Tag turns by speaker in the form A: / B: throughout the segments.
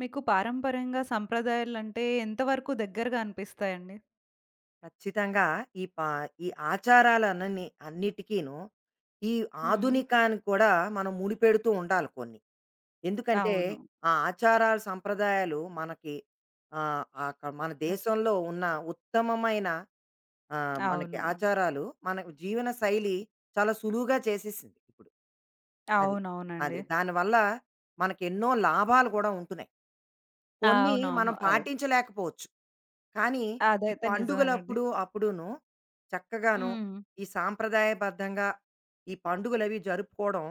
A: మీకు పారంపర్యంగా సంప్రదాయాలంటే ఎంతవరకు దగ్గరగా అనిపిస్తాయండి?
B: ఖచ్చితంగా ఈ పా ఈ ఆచారాలన్నీ అన్నిటికీను ఈ
A: హ్మ్.
B: ఆధునికానికి కూడా మనం ముడిపెడుతూ ఉండాలి కొన్ని. ఎందుకంటే
A: అవును.
B: ఆ ఆచారాలు, సంప్రదాయాలు మనకి మన
A: ఆ!
B: దేశంలో ఉన్న ఉత్తమమైన, మనకి
A: అవును.
B: ఆచారాలు మన జీవన శైలి చాలా సులువుగా చేసేసింది ఇప్పుడు. అది. అది.
A: అవునవునండి.
B: దానివల్ల మనకెన్నో లాభాలు కూడా ఉంటున్నాయి. కొన్ని
A: అవునవును.
B: మనం
A: అదే.
B: పాటించలేకపోవచ్చు. కానీ ఈ
A: అదైతే నిజమేనండి.
B: పండుగలప్పుడు అప్పుడును చక్కగాను
A: హ్మ్.
B: ఈ సాంప్రదాయబద్ధంగా ఈ పండుగలవి జరుపుకోవడం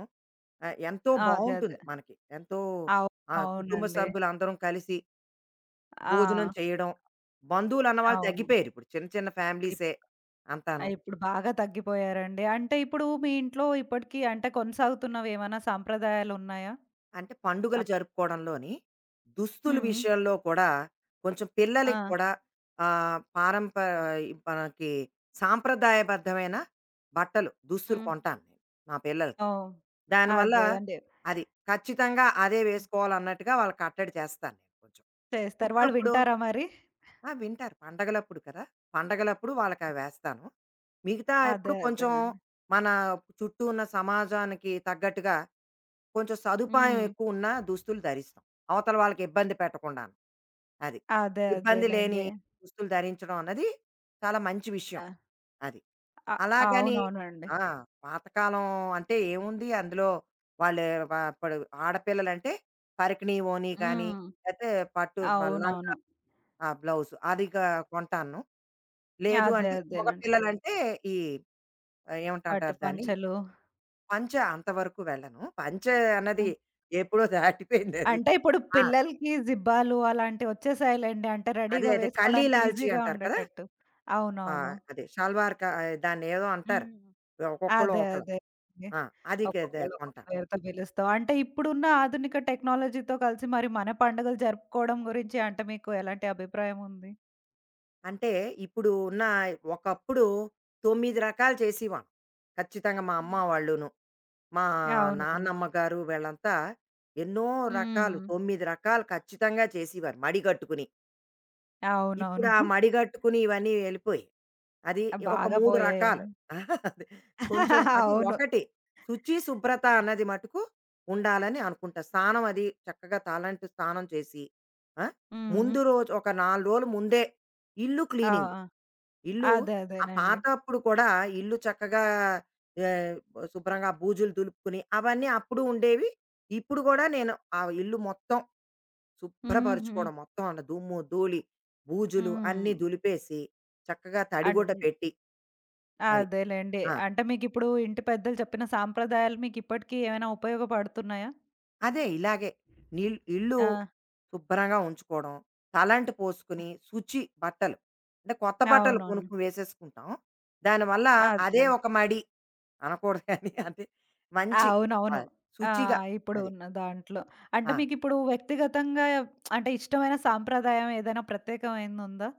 B: ఎంతో
A: అదే. అదే.
B: బాగుంటుంది మనకి. ఎంతో,
A: అవు
B: కుటుంబ
A: అవునండి.
B: సభ్యులు అందరం కలిసి భోజనం
A: ఆ!
B: చేయడం, బంధువులు అన్నవాళ్ళు
A: అవును.
B: తగ్గిపోయారు ఇప్పుడు చిన్న చిన్న
A: ఇప్
B: ఫ్యామిలీసే అంతాను.
A: ఇప్పుడు బాగా తగ్గిపోయారండి. అంటే ఇప్పుడు మీ ఇంట్లో ఇప్పటికి అంటే కొనసాగుతున్నవి ఏమైనా సాంప్రదాయాలున్నాయా?
B: అంటే పండుగలు
A: అప్
B: జరుపుకోవడంలోని, దుస్తుల
A: హ్మ్.
B: విషయంలో కూడా కొంచెం పిల్లలకి
A: ఆ!
B: కూడా ఆహ్, పారంప ఈ మనకి సాంప్రదాయబద్ధమైన బట్టలు, దుస్తులు
A: హ్మ్.
B: కొంటాను నేను మా పిల్లలకి.
A: ఓహ్!
B: దానివల్ల
A: అదే. అదండి.
B: అది ఖచ్చితంగా అదే వేసుకోవాలన్నట్టుగా వాళ్ళకి కట్టడి చేస్తాను నేను కొంచెం.
A: చేస్తారు. వాళ్ళు
B: ఉట్టప్పుడు
A: వింటారా మరి?
B: ఆ! వింటారు. పండగలప్పుడు కదా! పండగలప్పుడు వాళ్ళకవి వేస్తాను. మిగతా ఎప్పుడు
A: అదే.
B: కొంచెం
A: అదేనండి.
B: మన చుట్టూ ఉన్న సమాజానికి తగ్గట్టుగా కొంచెం సదుపాయం
A: హ్మ్.
B: ఎక్కువున్నా దుస్తులు ధరిస్తాం. అవతల వాళ్ళకి ఇబ్బంది పెట్టకుండాను. అది.
A: అదే.
B: ఇబ్బంది లేని
A: అదేలెండి.
B: దుస్తులు ధరించడం అన్నది చాలా మంచి విషయం.
A: ఆ!
B: అది.
A: అ
B: అలాగని
A: అవునవునండి.
B: ఆ! పాతకాలం అంటే ఏముంది అందులో వాళ్ళు ఇప్పుడు ఆడపిల్లలంటే పరికిణి, ఓణి కానీ
A: హ్మ్.
B: లేతే పట్టు లంగా,
A: అవునవును.
B: ఆ! బ్లౌజ్ అది క కొంటాను. లేదు
A: అదే.
B: అంటే
A: అదేనండి.
B: మగపిల్లలంటే ఈ
A: పట్టు
B: ఏమిటంటారు దాన్ని?
A: పంచలు.
B: పంచ అంతవరకు వెళ్ళను. పంచ
A: ఆ!
B: అన్నది ఎప్పుడో దాటిపోయిందది.
A: అంటే ఇప్పుడు
B: ఆ!
A: పిల్లలకి జిబ్బాలు అలాంటివి వచ్చేసాయిలెండి. అంటే
B: అదే.
A: రెడీగా
B: అదే. కల్లి
A: వేసుకోవడానికి
B: లాల్చి
A: ఈజీగా
B: అంటారు కదా!
A: ఉండేటట్టు.
B: ఆ!
A: అవునవును.
B: అదే షల్వార్ దాన్నేదో అంటారు.
A: హ్మ్.
B: ఒక్కొక్కళ్ళు
A: అదే.
B: ఒకలా.
A: అదే అండి.
B: ఆ! అది కదే
A: ఒక్కొక్కళ్ళు ఒక్కొక్క
B: కొంటాను.
A: పేరుతో పిలుస్తాం. అంటే ఇప్పుడున్న ఆధునిక టెక్నాలజీతో కలిసి మరి మన పండుగలు జరుపుకోవడం గురించి అంటే మీకు ఎలాంటి అభిప్రాయం ఉంది?
B: అంటే ఇప్పుడు ఉన్న ఒకప్పుడు 9 రకాలు చేసేవాళ్ళం. ఖచ్చితంగా మా అమ్మ
A: హ్మ్.
B: వాళ్ళును. మా
A: అవునవును.
B: నాన్నమ్మ గారు వీళ్ళంతా ఎన్నో రకాలు
A: హ్మ్.
B: 9 రకాలు ఖచ్చితంగా చేసేవారు మడిగట్టుకుని. ఇప్పుడు
A: అవునవును.
B: ఆ మడిగట్టుకుని ఇవన్నీ వెళ్ళిపోయాయి. అది
A: ఆ!
B: ఒక
A: బాగా
B: 3 రకాలు.
A: పోయాయండి.
B: అది కొంచెం అది
A: అవును.
B: ఒకటి. శుచి, శుభ్రత అన్నది మటుకు ఉండాలని అనుకుంటా. స్నానం అది చక్కగా తలంటు స్నానం చేసి, ఆ!
A: హ్మ్.
B: ముందు రోజు ఒక 4 రోజులు ముందే ఇల్లు
A: ఆ!
B: క్లీనింగ్.
A: ఆ!
B: ఇల్లు
A: అదే
B: ఆ
A: అదేనండి.
B: పాతప్పుడు కూడా ఇల్లు చక్కగా, ఆహ్, శుభ్రంగా బూజులు దులుపుకుని అవన్నీ అప్పుడు ఉండేవి. ఇప్పుడు కూడా నేను ఆ ఇల్లు మొత్తం
A: హుహు.
B: శుభ్రపరచుకోవడం మొత్తం అంత దుమ్ము, ధూళి, బూజులు
A: హ్మ్.
B: అన్నీ దులిపేసి చక్కగా
A: అన్
B: తడిగుడ్డ పెట్టి అది.
A: అదేలెండి.
B: ఆ!
A: అంటే మీకిప్పుడు ఇంటి పెద్దలు చెప్పిన సాంప్రదాయాలు మీకిప్పటికి ఏమైనా ఉపయోగపడుతున్నాయా?
B: అదే ఇలాగే ఇల్లు
A: ఆ!
B: శుభ్రంగా ఉంచుకోవడం, తలంటు పోసుకుని శుచి బట్టలు. అంటే కొత్త బట్టలు
A: అవునవును.
B: కొనుక్కొని వేసేసుకుంటాం. దానివల్ల అదే
A: అదే.
B: ఒక మడి అనకూడదు కానీ, అంటే మంచి,
A: అవునవును.
B: ఆహ్,
A: ఆ!
B: శుచిగా
A: ఇప్పుడు
B: అది.
A: ఉన్న దాంట్లో. అంటే
B: ఆ!
A: మీకిప్పుడు వ్యక్తిగతంగా అంటే ఇష్టమైన సాంప్రదాయం ఏదైనా ప్రత్యేకమైంది ఉందా?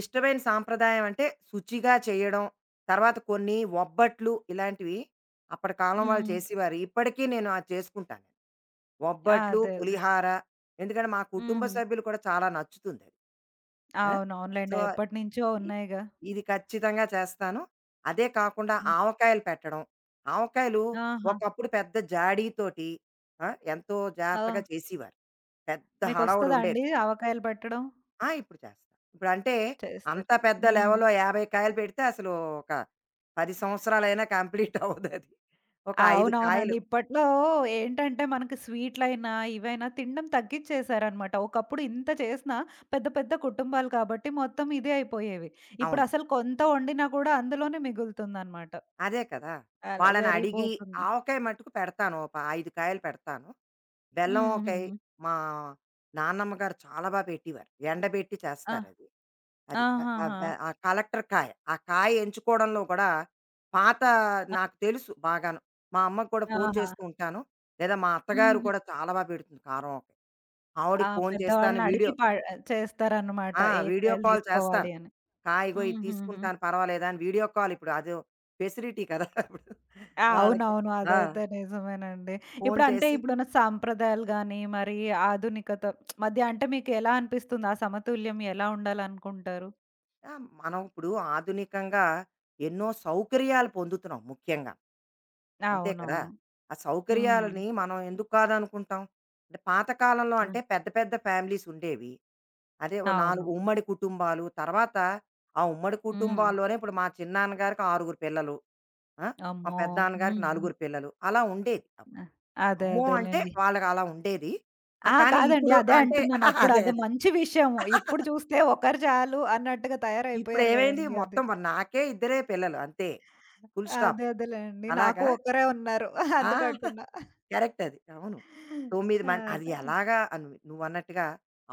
B: ఇష్టమైన సాంప్రదాయం అంటే శుచిగా చేయడం. తర్వాత కొన్ని ఒబ్బట్లు ఇలాంటివి అప్పటి కాలం వాళ్ళు
A: హ్మ్.
B: చేసేవారు. ఇప్పటికీ నేను అది చేసుకుంటాను.
A: ఆ!
B: ఒబ్బట్లు,
A: అదే అదే.
B: పులిహార ఎందుకంటే మా కుటుంబ
A: హ్మ్.
B: సభ్యులు కూడా చాలా నచ్చుతుందది. ఆ! సో,
A: అవునవునులెండి. ఎప్పటినుంచో
B: ఇ
A: ఉన్నాయిగా.
B: ఇది ఖచ్చితంగా చేస్తాను. అదే కాకుండా
A: హ్మ్.
B: ఆవకాయలు పెట్టడం. ఆవకాయలు
A: ఆహా!
B: ఒకప్పుడు పెద్ద జాడీతోటి ఆ! ఎంతో
A: ఆ!
B: జాగ్రత్తగా చేసేవారు. పెద్ద
A: మీకొస్తదా
B: హడావుడుండేది.
A: అండి ఆవకాయలు పెట్టడం?
B: ఆ! ఇప్పుడు చేస్తా. ఇప్పుడంటే అంత
A: చేస్తారు.
B: పెద్ద
A: హ్మ్.
B: లెవెల్‌లో 50 కాయలు పెడితే అసలు ఒక 10 సంవత్సరాలైనా కంప్లీట్ అవ్వదది. ఒక 5
A: అవునవునండి.
B: కాయలు
A: ఇప్పట్లో ఏంటంటే మనకి స్వీట్‌లైనా, ఇవైనా తినడం తగ్గిచ్చేశారనమాట. ఒకప్పుడు ఇంత చేసినా పెద్ద పెద్ద కుటుంబాలు కాబట్టి మొత్తం ఇదే అయిపోయేవి.
B: అవును.
A: ఇప్పుడసలు కొంత వండినా కూడా అందులోనే మిగులుతుందనమాట.
B: అదే కదా!
A: అలా
B: వాళ్ళని అడిగి
A: జరిగిపోతుంది.
B: ఆవకాయ మట్టుకు పెడతాను. ఒక 5 కాయలు పెడతాను. బెల్లం ఆవకాయ
A: హుహు.
B: మా నాన్నమ్మ గారు చాలా పెట్టేవారు. ఎండబెట్టి
A: ఆ!
B: చేస్తారది. అది. ఆహ్, ఆహ్,
A: ఆహాహా!
B: బె ఆ కలెక్టర్ కాయ. ఆ కాయ ఎంచుకోవడంలో కూడా పాత
A: ఆ!
B: నాకు తెలుసు బాగాను. మా అమ్మకి కూడా ఫోను
A: ఆహా!
B: చేస్తూ ఉంటాను. లేదా మా అత్తగారు
A: హుహు.
B: కూడా చాలా పెడుతుంది కారం ఆవకాయ.
A: ఆ!
B: ఆవిడకి ఫోను చేస్తాను.
A: పెద్దవాళ్ళని అడిగి చేస్తారనమాట.
B: ఆ!
A: ఏ
B: వీడియో
A: కాయలు
B: కాల్ చేస్తాను.
A: తీసుకోవాలి అని.
B: హాయిగో ఇది
A: హుహుహు.
B: తీసుకుంటాను పర్వాలేదా అని వీడియో కాల్ ఇప్పుడు అదో ఫెసిలిటీ కదా ఇప్పుడు.
A: ఆ!
B: వాళ్ళకి
A: అవునవును.
B: ఆ!
A: అదైతే నిజమేనండి.
B: ఫోను
A: ఇప్పుడంటే
B: చేసి
A: ఇప్పుడున్న సాంప్రదాయాలు గాని, మరి ఆధునికత మధ్య అంటే మీకెలా అనిపిస్తుంది? ఆ సమతుల్యం ఎలా ఉండాలనుకుంటారు?
B: ఆ! మనం ఇప్పుడు ఆధునికంగా ఎన్నో సౌకర్యాలు పొందుతున్నాం ముఖ్యంగా. అంతే కదా!
A: అవునవును.
B: ఆ
A: హ్మ్.
B: సౌకర్యాలని మనం ఎందుకు కాదనుకుంటాం? అంటే పాత కాలంలో అంటే
A: హ్మ్.
B: పెద్ద పెద్ద ఫ్యామిలీస్ ఉండేవి. అదే ఓ 4
A: అవును.
B: ఉమ్మడి కుటుంబాలు. తర్వాత ఆ ఉమ్మడి
A: హ్మ్.
B: కుటుంబాల్లోనే ఇప్పుడు మా చిన్నాన్నగారికి 6 పిల్లలు. ఆ! మా
A: అమ్మో!
B: పెద్దనాన్నగారికి
A: హ్మ్. హ్మ్.
B: నలుగురు పిల్లలు. అలా ఉండేది అప్పుడు.
A: ఆహ్, అదే
B: అమ్మో! అంటే
A: అదేలెండి.
B: వాళ్ళకలా ఉండేది. ఆ!
A: ఆ!
B: కానీ
A: కాదండి.
B: ఇప్పుడు
A: అదే
B: అంటే
A: అంటున్నాను. అప్పుడు
B: అదే.
A: అదో
B: అదే.
A: మంచి విషయము. ఇప్పుడు చూస్తే ఒకరు చాలు అన్నట్టుగా తయారైపోయారు
B: ఇప్పుడేమైంది
A: గదండీ అది.
B: మొత్తం మరి నాకే ఇద్దరే పిల్లలు అంతే. Full stop.
A: అదే అదేలెండి. నాకు
B: అలాగా
A: ఒక్కరే ఉన్నారు.
B: ఆ!
A: అందుకంటున్నా.
B: కరెక్ట్ అది. అవును. 9 మం అది
A: అదే.
B: ఎలాగా అను నువ్వన్నట్టుగా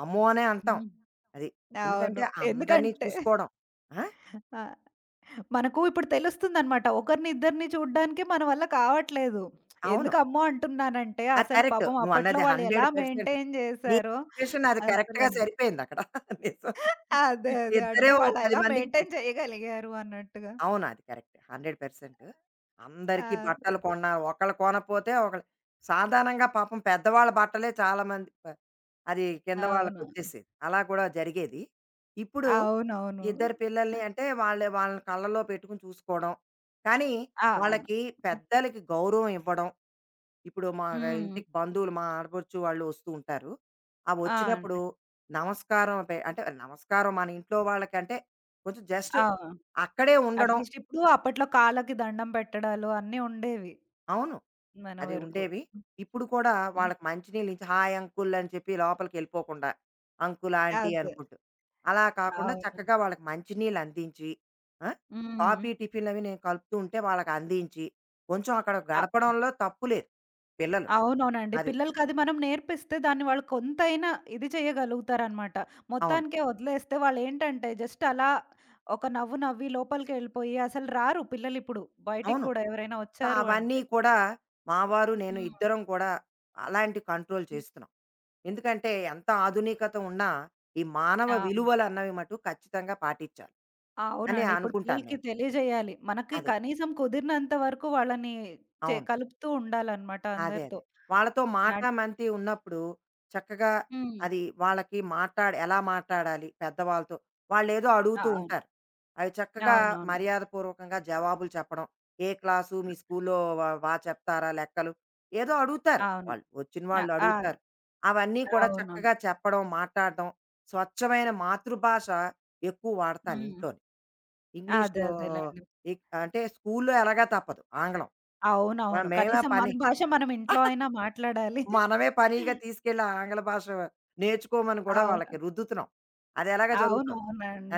B: అమ్మో! అనే అంటాం.
A: హ్మ్.
B: అది. ఎందుకంటే
A: అవును.
B: అందరిని
A: ఎందుకంటే
B: చూసుకోవడం. ఆ!
A: ఆ! మనకు ఇప్పుడు తెలుస్తుందనమాట. ఒకరిని ఇద్దరిని చూడ్డానికే మన వల్ల కావట్లేదు.
B: అవును.
A: ఎందుకమ్మో అంటున్నానంటే,
B: అది
A: అసలు
B: కరెక్ట్.
A: పాపం అప్పట్లో
B: నువ్వన్నది
A: వాళ్ళు ఎలా
B: 100%.
A: మెయింటైన్
B: నీ
A: చేశారో
B: ఎక్స్‌ప్రెషన్ అది కరెక్ట్‌గా
A: అసలని.
B: సరిపోయిందక్కడ. నిజం.
A: అదే.
B: ఇప్పుడు
A: అదే.
B: ఇద్దరే
A: అంటే
B: ఓ 10
A: వాళ్ళెలా
B: మందికి పె
A: మెయింటైన్ చేయగలిగారు అన్నట్టుగా.
B: అవును. అది కరెక్ట్. 100%. అందరికీ
A: ఆ!
B: బట్టలు కొన్నా ఒకళ్ళు కొనపోతే ఒకళ్ళు సాధారణంగా పాపం పెద్దవాళ్ళ బట్టలే చాలా మంది ప అది కింద
A: అవును.
B: వాళ్ళకొచ్చేసేది. అలా కూడా జరిగేది. ఇప్పుడు
A: అవునవును.
B: ఇద్దరు పిల్లల్ని అంటే వాళ్ళే వాళ్ళని కళ్ళలో పెట్టుకొని చూసుకోవడం. కానీ
A: ఆ! అవును.
B: వాళ్ళకి పెద్దలకి గౌరవం ఇవ్వడం. ఇప్పుడు మా
A: హ్మ్.
B: ఇంటికి బంధువులు మా ఆడపడుచు వాళ్ళు వస్తూ ఉంటారు. ఆ
A: ఆ!
B: వచ్చినప్పుడు
A: అండి.
B: నమస్కారం పె అంటే నమస్కారం, మన ఇంట్లో వాళ్ళకంటే కొంచెం జస్ట్
A: ఆ!
B: అక్కడే ఉండడం.
A: అట్‌లీస్ట్ ఇప్పుడు అప్పట్లో కాళ్ళకి దండం పెట్టడాలు అన్నీ ఉండేవి
B: అవును.
A: మన
B: అది
A: వరకు.
B: ఉండేవి. ఇప్పుడు కూడా
A: హ్మ్.
B: వాళ్ళకి మంచినీళ్ళు ఇచ్చి, హాయ్ అంకుల్ అని చెప్పి లోపలికెళ్ళిపోకుండా, అంకుల్, ఆంటీ
A: అదే.
B: అనుకుంటూ. అలా కాకుండా
A: అవును.
B: చక్కగా వాళ్ళకి మంచినీళ్ళు అందించి, ఆ!
A: హ్మ్.
B: కాఫీ, టిఫిన్‌లవి నేను కలుపుతూ ఉంటే వాళ్ళకి అందించి, కొంచెం అక్కడ
A: అ
B: గడపడంలో తప్పు లేదు. పిల్లలు.
A: అవునవునండి.
B: అది.
A: పిల్లలకది మనం నేర్పిస్తే దాన్ని వాళ్ళు కొంతైనా ఇది చేయగలుగుతారనమాట.
B: అవును.
A: మొత్తానికే వదిలేస్తే వాళ్ళేంటంటే జస్ట్ అలా ఒక నవ్వు నవ్వి లోపలికెళ్ళిపోయి అసలు రారు పిల్లలిప్పుడు. బయటికి
B: అవును.
A: కూడా ఎవరైనా
B: సో,
A: వచ్చారు
B: అవన్నీ
A: అంటే.
B: కూడా మా వారు, నేను
A: హ్మ్.
B: ఇద్దరం కూడా అలాంటి కంట్రోల్
A: హ్మ్.
B: చేస్తున్నాం. ఎందుకంటే ఎంత ఆధునికత ఉన్నా ఈ మానవ
A: ఆ!
B: విలువలు అన్నవి మటు ఖచ్చితంగా పాటించాలి అని
A: అవునండి. ఇప్పుడు
B: అనుకుంటాను
A: పిల్లలకి
B: నేను.
A: తెలియజేయాలి. మనకి
B: అదే.
A: కనీసం కుదిరినంత వరకు వాళ్ళని
B: అవును.
A: కలుపుతూ ఉండాలనమాట
B: అదే
A: అందరితో.
B: అదే. వాళ్ళతో
A: అడ్
B: మాటామంతి ఉన్నప్పుడు చక్కగా
A: హ్మ్.
B: అది వాళ్ళకి మాట్లాడి ఎలా మాట్లాడాలి పెద్దవాళ్ళతో, వాళ్ళేదో
A: ఆ!
B: అడుగుతూ
A: అవును.
B: ఉంటారు. అవి చక్కగా
A: అవునవును.
B: మర్యాదపూర్వకంగా జవాబులు చెప్పడం. ఏ క్లాసు మీ స్కూల్లో బా బా చెప్తారా లెక్కలు? ఏదో అడుగుతారు
A: అవును.
B: వాళ్ళు. వచ్చిన
A: అ
B: వాళ్ళు
A: ఆ!
B: అడుగుతారు. అవన్నీ కూడా
A: అవునవును.
B: చక్కగా చెప్పడం, మాట్లాడడం. స్వచ్ఛమైన మాతృభాష ఎక్కువ వాడతాను
A: హ్మ్.
B: ఇంట్లోని. ఇంగ్లీషు
A: అదే. అదేలెండి.
B: అంటే స్కూల్లో ఎలాగా తప్పదు ఆంగ్లం. మనం
A: అవునవును.
B: మేమే
A: కనీసం
B: పని
A: మన భాష మనం ఇంట్లో అయినా మాట్లాడాలి.
B: మనమే పనిగా తీసుకెళ్ళి ఆ ఆంగ్ల భాష నేర్చుకోమని కూడా వాళ్ళకి
A: అవును.
B: రుద్దుతున్నాం. అది ఎలాగా జరుగుతోంది.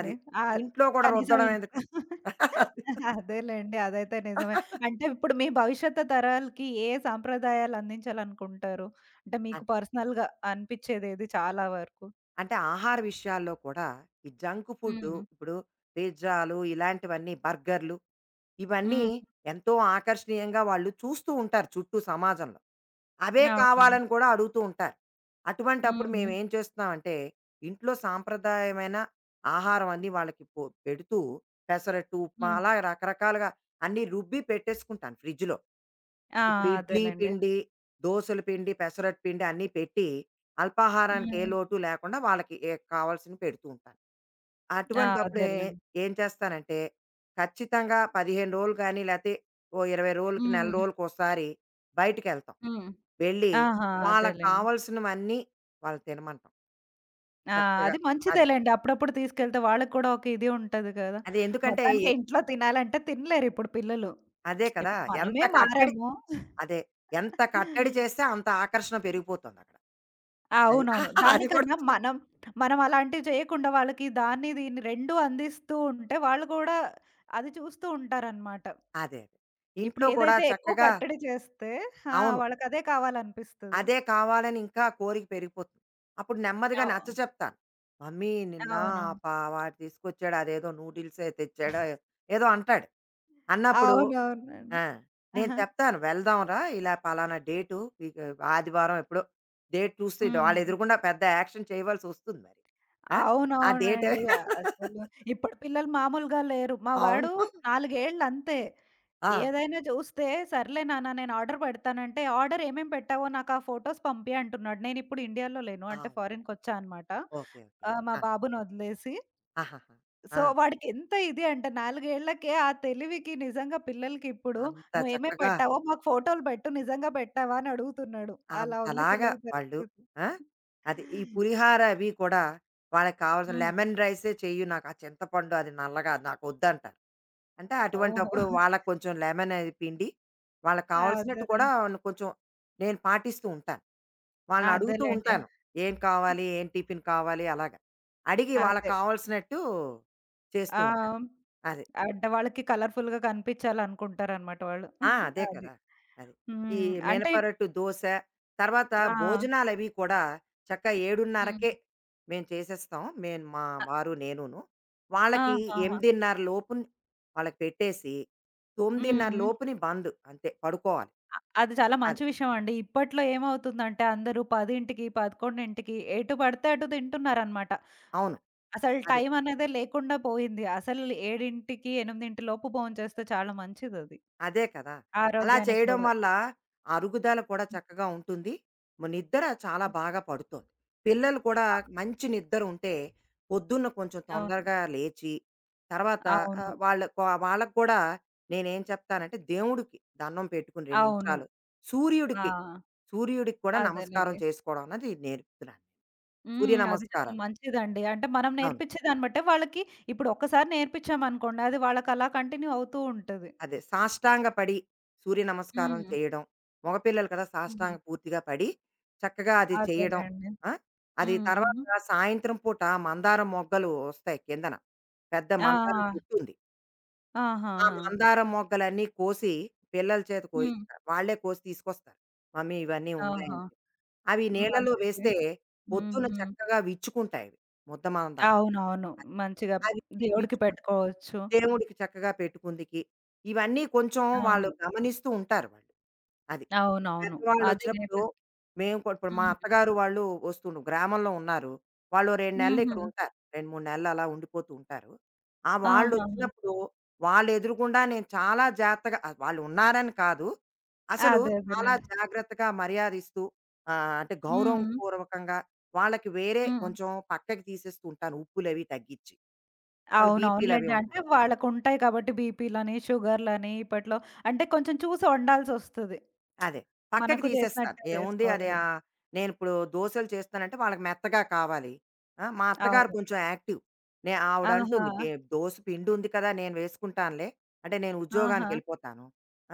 B: అది.
A: ఆహ్,
B: ఇంట్లో కూడా
A: కనీసం
B: రుద్దడం ఎందుకు?
A: ఇంట్లో అదేలెండి. అదైతే నిజమే. అంటే ఇప్పుడు మీ భవిష్యత్తు తరాలకి ఏ సాంప్రదాయాలు అందించాలనుకుంటారు? అంటే మీకు
B: అంతే.
A: పర్సనల్‌గా అనిపిచ్చేదేది చాలా వరకు?
B: అంటే ఆహార విషయాల్లో కూడా ఈ జంక్ ఫుడ్డు
A: హ్మ్.
B: ఇప్పుడు పిజ్జాలు ఇలాంటివన్నీ బర్గర్‌లు ఇవన్నీ
A: హ్మ్.
B: ఎంతో ఆకర్షణీయంగా వాళ్ళు చూస్తూ ఉంటారు చుట్టూ సమాజంలో. అవే
A: అవునవును.
B: కావాలని కూడా అడుగుతూ ఉంటారు. అటువంటప్పుడు
A: హ్మ్.
B: మేమేం చేస్తున్నామంటే, ఇంట్లో సాంప్రదాయమైన ఆహారం అన్నీ వాళ్ళకి పెడుతూ పెసరట్టు, ఉప్మా
A: హ్మ్.
B: అలా రకరకాలుగా అన్నీ రుబ్బి పెట్టేసుకుంటాను ఫ్రిడ్జ్‌లో.
A: ఆ!
B: ఇప్పుడు ఇడ్లీ
A: అదేలెండి.
B: పిండి, దోసల పిండి, పెసరట్టు పిండి అన్నీ పెట్టి, అల్పాహారానికి ఏ
A: హ్మ్.
B: లోటు లేకుండా వాళ్ళకి ఏ కావాల్సినవి పెడుతూ ఉంటాను.
A: ఆ!
B: అటువంటప్పుడే
A: అదేలెండి.
B: ఏం చేస్తానంటే, ఖచ్చితంగా 15 రోజులు కానీ, లేతే ఓ 20 రోజులకి, నెల
A: హ్మ్.
B: రోజులకోసారి బయటికెళ్తాం.
A: హ్మ్.
B: వెళ్ళి
A: ఆహా!
B: వాళ్ళకి
A: అదేలెండి.
B: కావాల్సినవన్నీ వాళ్ళు తినమంటాం
A: ఆ!
B: చక్కగా.
A: అది
B: అది.
A: మంచిదేలెండి. అప్పుడప్పుడు తీసుకెళ్తే వాళ్ళకి కూడా ఒక ఇది ఉంటది కదా!
B: అది ఎందుకంటే
A: మొత్తానికి
B: ఎక్
A: ఇంట్లో తినాలంటే తినలేరిప్పుడు పిల్లలు.
B: అదే కదా!
A: ఇప్పుడు
B: ఎంత
A: మనమే
B: కట్టడి
A: మారాము.
B: అదే. ఎంత కట్టడి చేస్తే అంత ఆకర్షణ పెరిగిపోతుందక్కడ. అది.
A: అవునవును.
B: అది కూడా
A: దానికన్నా మనం, మనం అలాంటివి చేయకుండా వాళ్ళకి దాన్ని దీన్ని 2 అందిస్తూ ఉంటే వాళ్ళు కూడా అది చూస్తూ ఉంటారనమాట.
B: అదే అదే.
A: ఇప్పుడు
B: ఇంట్లో కూడా
A: ఏదైతే ఎక్కువ
B: చక్కగా
A: కట్టడి చేస్తే ఆ!
B: అవును.
A: వాళ్ళకదే కావాలనిపిస్తది.
B: అదే కావాలని ఇంకా కోరిక పెరిగిపోతుంది. అప్పుడు నెమ్మదిగా
A: అవ్
B: నచ్చ చెప్తాను. మమ్మీ నిన్న
A: అవునవును.
B: ప వాడు తీసుకొచ్చాడు అదేదో ఏదో అంటాడు. అన్నప్పుడు
A: అవునవునండి.
B: ఆ! నేను
A: ఆహా!
B: చెప్తాను వెళ్దాంరా ఇలా పలానా డేటు ఇక ఆదివారం ఎప్పుడో డేట్ చూసి
A: హ్మ్.
B: వాళ్ళు ఎదురుగుండా పెద్ద యాక్షన్ చేయవలసొస్తుంది మరి. ఆ! ఆ డేట్
A: అవునవునండి. అసలు ఇప్పుడు పిల్లలు మామూలుగా లేరు. మా
B: అవును.
A: వాడు 4 ఏళ్ళు అంతే.
B: ఆ!
A: ఏదైనా చూస్తే, "సర్లే నాన్న నేను ఆర్డర్ పెడతానంటే" ఆర్డర్ ఏమేం పెట్టావో నాకు ఆ ఫోటోస్ పంపి అంటున్నాడు. నేనిప్పుడు ఇండియాలో లేను. అంటే
B: అవును.
A: ఫారెన్‌కొచ్చా అనమాట.
B: ఓకే. ఓకే.
A: ఆహ్, మా
B: ఆ!
A: బాబుని వదిలేసి.
B: ఆహాహా!
A: సో,
B: ఆ!
A: వాడికెంత ఇది అంటే 4 ఏళ్లకే ఆ తెలివికి నిజంగా పిల్లలకి ఇప్పుడు
B: అంత
A: "నువ్వేమేం
B: చక్కగా
A: పెట్టావో మాకు ఫోటోలు పెట్టు. నిజంగా పెట్టావా?" అని అడుగుతున్నాడు. అలా ఉంది
B: అంతలాగా
A: పిల్లల
B: వాళ్ళు.
A: పరిస్థితి.
B: ఆ! అది ఈ పులిహార అవి కూడా వాళ్ళకి కావాల్సిన
A: హ్మ్.
B: లెమన్ రైసే చెయ్యు, నాకు ఆ చింతపండు అది నల్లగా అది నాకొద్దంటారు. అంటే
A: ఓహో!
B: అటువంటప్పుడు వాళ్ళకి కొంచెం లెమన్ అది పిండి, వాళ్ళకి
A: అదే
B: కావాల్సినట్టు
A: అదే.
B: కూడా కొంచెం నేను పాటిస్తూ ఉంటాను. వాళ్ళని అడుగుతూ
A: అదేలెండి.
B: ఉంటాను. ఏం కావాలి? ఏం టిఫిన్ కావాలి? అలాగా. అడిగి వాళ్ళకి
A: అదే.
B: కావాల్సినట్టు చేస్తూ
A: ఆ!
B: ఉంటాను. అది.
A: అంటే వాళ్ళకి కలర్‌ఫుల్‌గా కనిపించాలనుకుంటారనమాట వాళ్ళు.
B: ఆ! అదే
A: అది.
B: కదా! అది. ఈ
A: హ్మ్. అంటే
B: మినపరొట్టు దోస, తర్వాత
A: ఆ!
B: భోజనాలవి కూడా చక్కగా
A: హ్మ్.
B: 7:30కే మేము చేసేస్తాం. మేము మా
A: అ
B: వారు నేనును. వాళ్ళకి
A: ఆహాహా!
B: 8:30 లోపున వాళ్ళకి పెట్టేసి, 9:30
A: హ్మ్.
B: లోపుని బంద్ అంతే పడుకోవాలి.
A: అది చాలా
B: అది.
A: మంచి విషయం అండి. ఇప్పట్లో ఏమవుతుందంటే అందరూ 10కి, 11కి ఎటు పడితే అటు తింటున్నారనమాట.
B: అవును.
A: అసలు
B: అదే.
A: టైం అనేదే లేకుండా పోయింది. అసలు 7:00, 8:00 లోపు భోంచేస్తే చాలా మంచిదది.
B: అదే కదా! అలా
A: ఆరోగ్యానికి
B: చేయడం
A: కూడా.
B: వల్ల అరుగుదల కూడా
A: హ్మ్.
B: చక్కగా ఉంటుంది. నిద్ర చాలా
A: హ్మ్.
B: బాగా పడుతోంది. పిల్లలు కూడా
A: అ
B: మంచి నిద్ర ఉంటే పొద్దున్న కొంచెం తొందరగా
A: అవును.
B: లేచి, తర్వాత
A: అవును.
B: వాళ్ళకి కూడా నేనేం చెప్తానంటే దేవుడికి దండం పెట్టుకుని 2
A: అవును.
B: నిమిషాలు, సూర్యుడికి,
A: ఆ!
B: సూర్యుడికి కూడా నమస్కారం
A: అదేలెండి.
B: చేసుకోవడం అన్నది నేర్పుతున్నాను. సూర్య
A: హ్మ్. అది చాలా
B: నమస్కారాలు.
A: మంచిదండి. అంటే మనం
B: అవును.
A: నేర్పించే దాన్ని బట్టే వాళ్ళకి ఇప్పుడు ఒక్కసారి నేర్పించామనుకోండి, అది వాళ్ళకలా కంటిన్యూ అవుతూ ఉంటది.
B: అదే సాష్టాంగ పడి సూర్య నమస్కారం
A: హ్మ్.
B: చేయడం. మగపిల్లలు కదా!
A: హుహు.
B: సాష్టాంగ పూర్తిగా పడి చక్కగా అది చేయడం.
A: అదేలెండి.
B: ఆ! అది
A: హ్మ్.
B: తర్వాత
A: హుహు.
B: సాయంత్రం పూట మందారం మొగ్గలు వస్తాయి కిందన. పెద్ద
A: ఆ!
B: మందారం చెట్టుంది. ఆ
A: ఆహాహా!
B: మందారం మొగ్గలన్నీ కోసి పిల్లల చేత
A: హ్మ్.
B: కోయిస్తారు. వాళ్ళే కోసి తీసుకొస్తారు. మమ్మీ ఇవన్నీ ఉన్నాయని
A: ఆహా!
B: చెప్పి. అవి నీళ్ళలో
A: మంచిది.
B: వేస్తే పొద్దున
A: హుహు.
B: చక్కగా విచ్చుకుంటాయవి. ముద్ద మందారం.
A: అవునవును.
B: అది.
A: మంచిగా
B: అది
A: దేవుడికి
B: విచ్చుకుని
A: పెట్టుకోవచ్చు.
B: దేవుడికి చక్కగా పెట్టుకుందికి. ఇవన్నీ కొంచెం వాళ్ళు
A: అవును.
B: గమనిస్తూ ఉంటారు వాళ్ళు. అది.
A: అవునవును. అది
B: పెద్దవాళ్ళొచ్చినప్పుడు
A: నేర్పిస్
B: మేము కూడా ఇప్పుడు మా
A: హ్మ్.
B: అత్తగారు వాళ్ళు వస్తుండు గ్రామంలో ఉన్నారు. వాళ్ళు 2 నెలలు
A: హుహు.
B: ఇక్కడ ఉంటారు. 2, 3 నెలలు అలా ఉండిపోతూ ఉంటారు. ఆ!
A: ఆహాహా!
B: వాళ్ళొచ్చినప్పుడు వాళ్ళు ఎదురుగుండా నేను చాలా జాగ్రత్తగా వాళ్ళు ఉన్నారని కాదు. అసలు
A: అదే
B: చాలా
A: అదేలెండి.
B: జాగ్రత్తగా మర్యాద ఇస్తూ, అంటే గౌరవం
A: హ్మ్.
B: పూర్వకంగా వాళ్ళకి వేరే
A: హ్మ్.
B: కొంచెం పక్కకి తీసేస్తూ ఉంటాను ఉప్పులవి తగ్గించి. వాళ్ళ బీపీ‌లవి
A: అవునవునులెండి.
B: ఉంటాయి.
A: అంటే వాళ్ళకుంటాయి కాబట్టి బీపీలని, షుగర్‌లని ఇప్పట్లో అంటే కొంచెం చూసి వండాల్సొస్తది.
B: అదే. పక్కకి
A: మనకు
B: తీసేస్తాను.
A: చేసినట్టే
B: ఏముంది అది
A: చేసుకోలేం.
B: నేనిప్పుడు దోసలు చేస్తానంటే వాళ్ళకి మెత్తగా కావాలి. ఆ! మా అత్తగారు
A: అవును.
B: కొంచెం యాక్టివ్.
A: ఆహా!
B: ఆవిడంటుంది " దోస పిండుంది కదా! నేను వేసుకుంటానులే. అంటే నేను
A: ఆహా!
B: ఉద్యోగానికెళ్ళిపోతాను.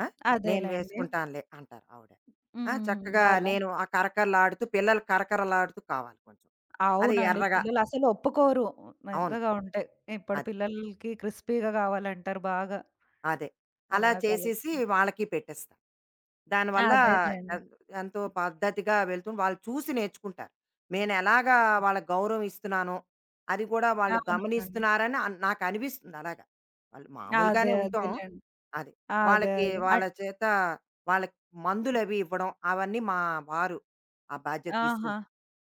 B: ఆ! నేను
A: అదేలెండి.
B: వేసుకుంటానులే" అంటారు ఆవిడ. ఆ!
A: హుహు.
B: చక్కగా
A: అలా.
B: నేను ఆ కరకరలాడుతూ పిల్లలు కరకరలాడుతూ కావాలి కొంచెం. అది
A: అవునండి.
B: ఎర్రగా
A: పిల్లలసలు ఒప్పుకోరు.
B: అవును.
A: మెత్తగా ఉంటే. ఇప్పుడు
B: అదే.
A: పిల్లలకి క్రిస్పీగా కావాలంటారు బాగా.
B: అదే. అలా
A: అలా
B: చేసేసి
A: కలిపి.
B: వాళ్ళకి పెట్టేస్తా. దానివల్ల
A: అదేలెండి.
B: ఎన్ ఎంతో పద్ధతిగా వెళ్తుంది. వాళ్ళు చూసి నేర్చుకుంటారు. నేనెలాగా వాళ్ళకి గౌరవం ఇస్తున్నానో, అది కూడా వాళ్ళు
A: అవునవునండి.
B: గమనిస్తున్నారని నాకనిపిస్తుంది అలాగా. వాళ్ళు
A: అదే.
B: మామూలుగానే ఉంటాం.
A: అదేలెండి.
B: అది.
A: అదే.
B: వాళ్ళకి
A: అదే.
B: వాళ్ళ చేత వాళ్ళకి మందులవి ఇవ్వడం, అవన్నీ మా వారు ఆ బాధ్యత
A: ఆహా!
B: తీసుకుంటారు.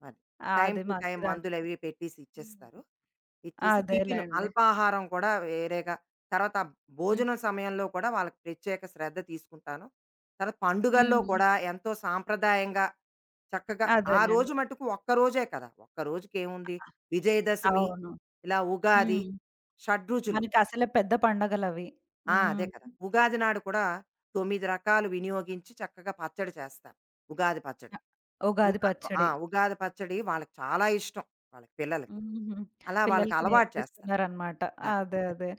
B: అది. టైమ్
A: అది
B: టు టైమ్
A: మంచిదండి.
B: మందులవి పెట్టేసి ఇచ్చేస్తారు.
A: హ్మ్.
B: ఇచ్చేసి టిఫిన్
A: అదేలెండి.
B: అల్పాహారం కూడా వేరేగా. తర్వాత
A: హ్మ్.
B: భోజనం సమయంలో కూడా వాళ్ళకి ప్రత్యేక శ్రద్ధ తీసుకుంటాను. తర్వాత పండుగల్లో
A: హ్మ్.
B: కూడా ఎంతో సాంప్రదాయంగా చక్కగా ఆ
A: అదేలెండి.
B: రోజు మట్టుకు ఒక్కరోజే కదా! ఒక్కరోజుకేముంది విజయదశమి,
A: అవును.
B: ఇలా ఉగాది,
A: హ్మ్.
B: షడ్రుచులు.
A: మనకసలే పెద్ద పండగలవి.
B: ఆ! అదే
A: హ్మ్.
B: కదా! ఉగాది నాడు కూడా 9 రకాలు వినియోగించి చక్కగా పచ్చడి చేస్తాను. ఉగాది పచ్చడి.
A: ఉగాది
B: ఉగా ఆ!
A: పచ్చడి.
B: ఉగాది పచ్చడి వాళ్ళకి చాలా ఇష్టం. వాళ్ళకి పిల్లలకి.
A: హుహు.
B: అలా వాళ్ళకి
A: పిల్లలకి
B: అలవాటు చేస్తాను.
A: నేర్పిస్తున్నారనమాట.
B: అది.
A: అదే. అదే.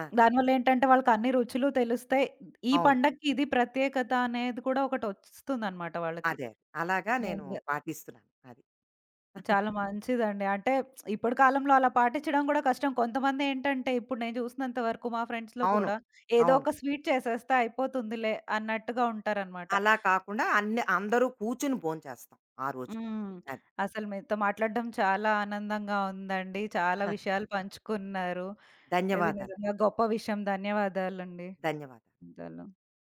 B: ఆ!
A: దానివల్లేంటంటే వాళ్ళకన్ని రుచులు తెలుస్తాయి. ఈ
B: అవును.
A: పండక్కి ఇది ప్రత్యేకత అనేది కూడా ఒకటొస్తుందనమాట వాళ్ళకి.
B: అదే. అదే. అలాగా నేను
A: మెయిన్‌గా.
B: పాటిస్తున్నాను. అది.
A: చాలా మంచిదండి. అంటే ఇప్పుడు కాలంలో అలా పాటించడం గూడా కష్టం. కొంతమందేంటంటే ఇప్పుడు నేను చూసినంత వరకు మా ఫ్రెండ్స్‌లో
B: అవును.
A: కూడా ఏదో
B: అవును.
A: ఒక స్వీట్ చేసేస్తే అయిపోతుందిలే అన్నట్టుగా ఉంటారనమాట.
B: అలా కాకుండా అన్ని అందరూ కూర్చొని భోంచేస్తాం ఆ రోజు.
A: హ్మ్.
B: అది.
A: అసలు మీతో మాట్లాడడం చాలా ఆనందంగా ఉందండి. చాలా విషయాలు పంచుకున్నారు. ఇది
B: ధన్యవాదాలు.
A: నిజంగా గొప్ప విషయం. ధన్యవాదాలండి.
B: ధన్యవాదాలు.
A: ధన్యవాదాలు.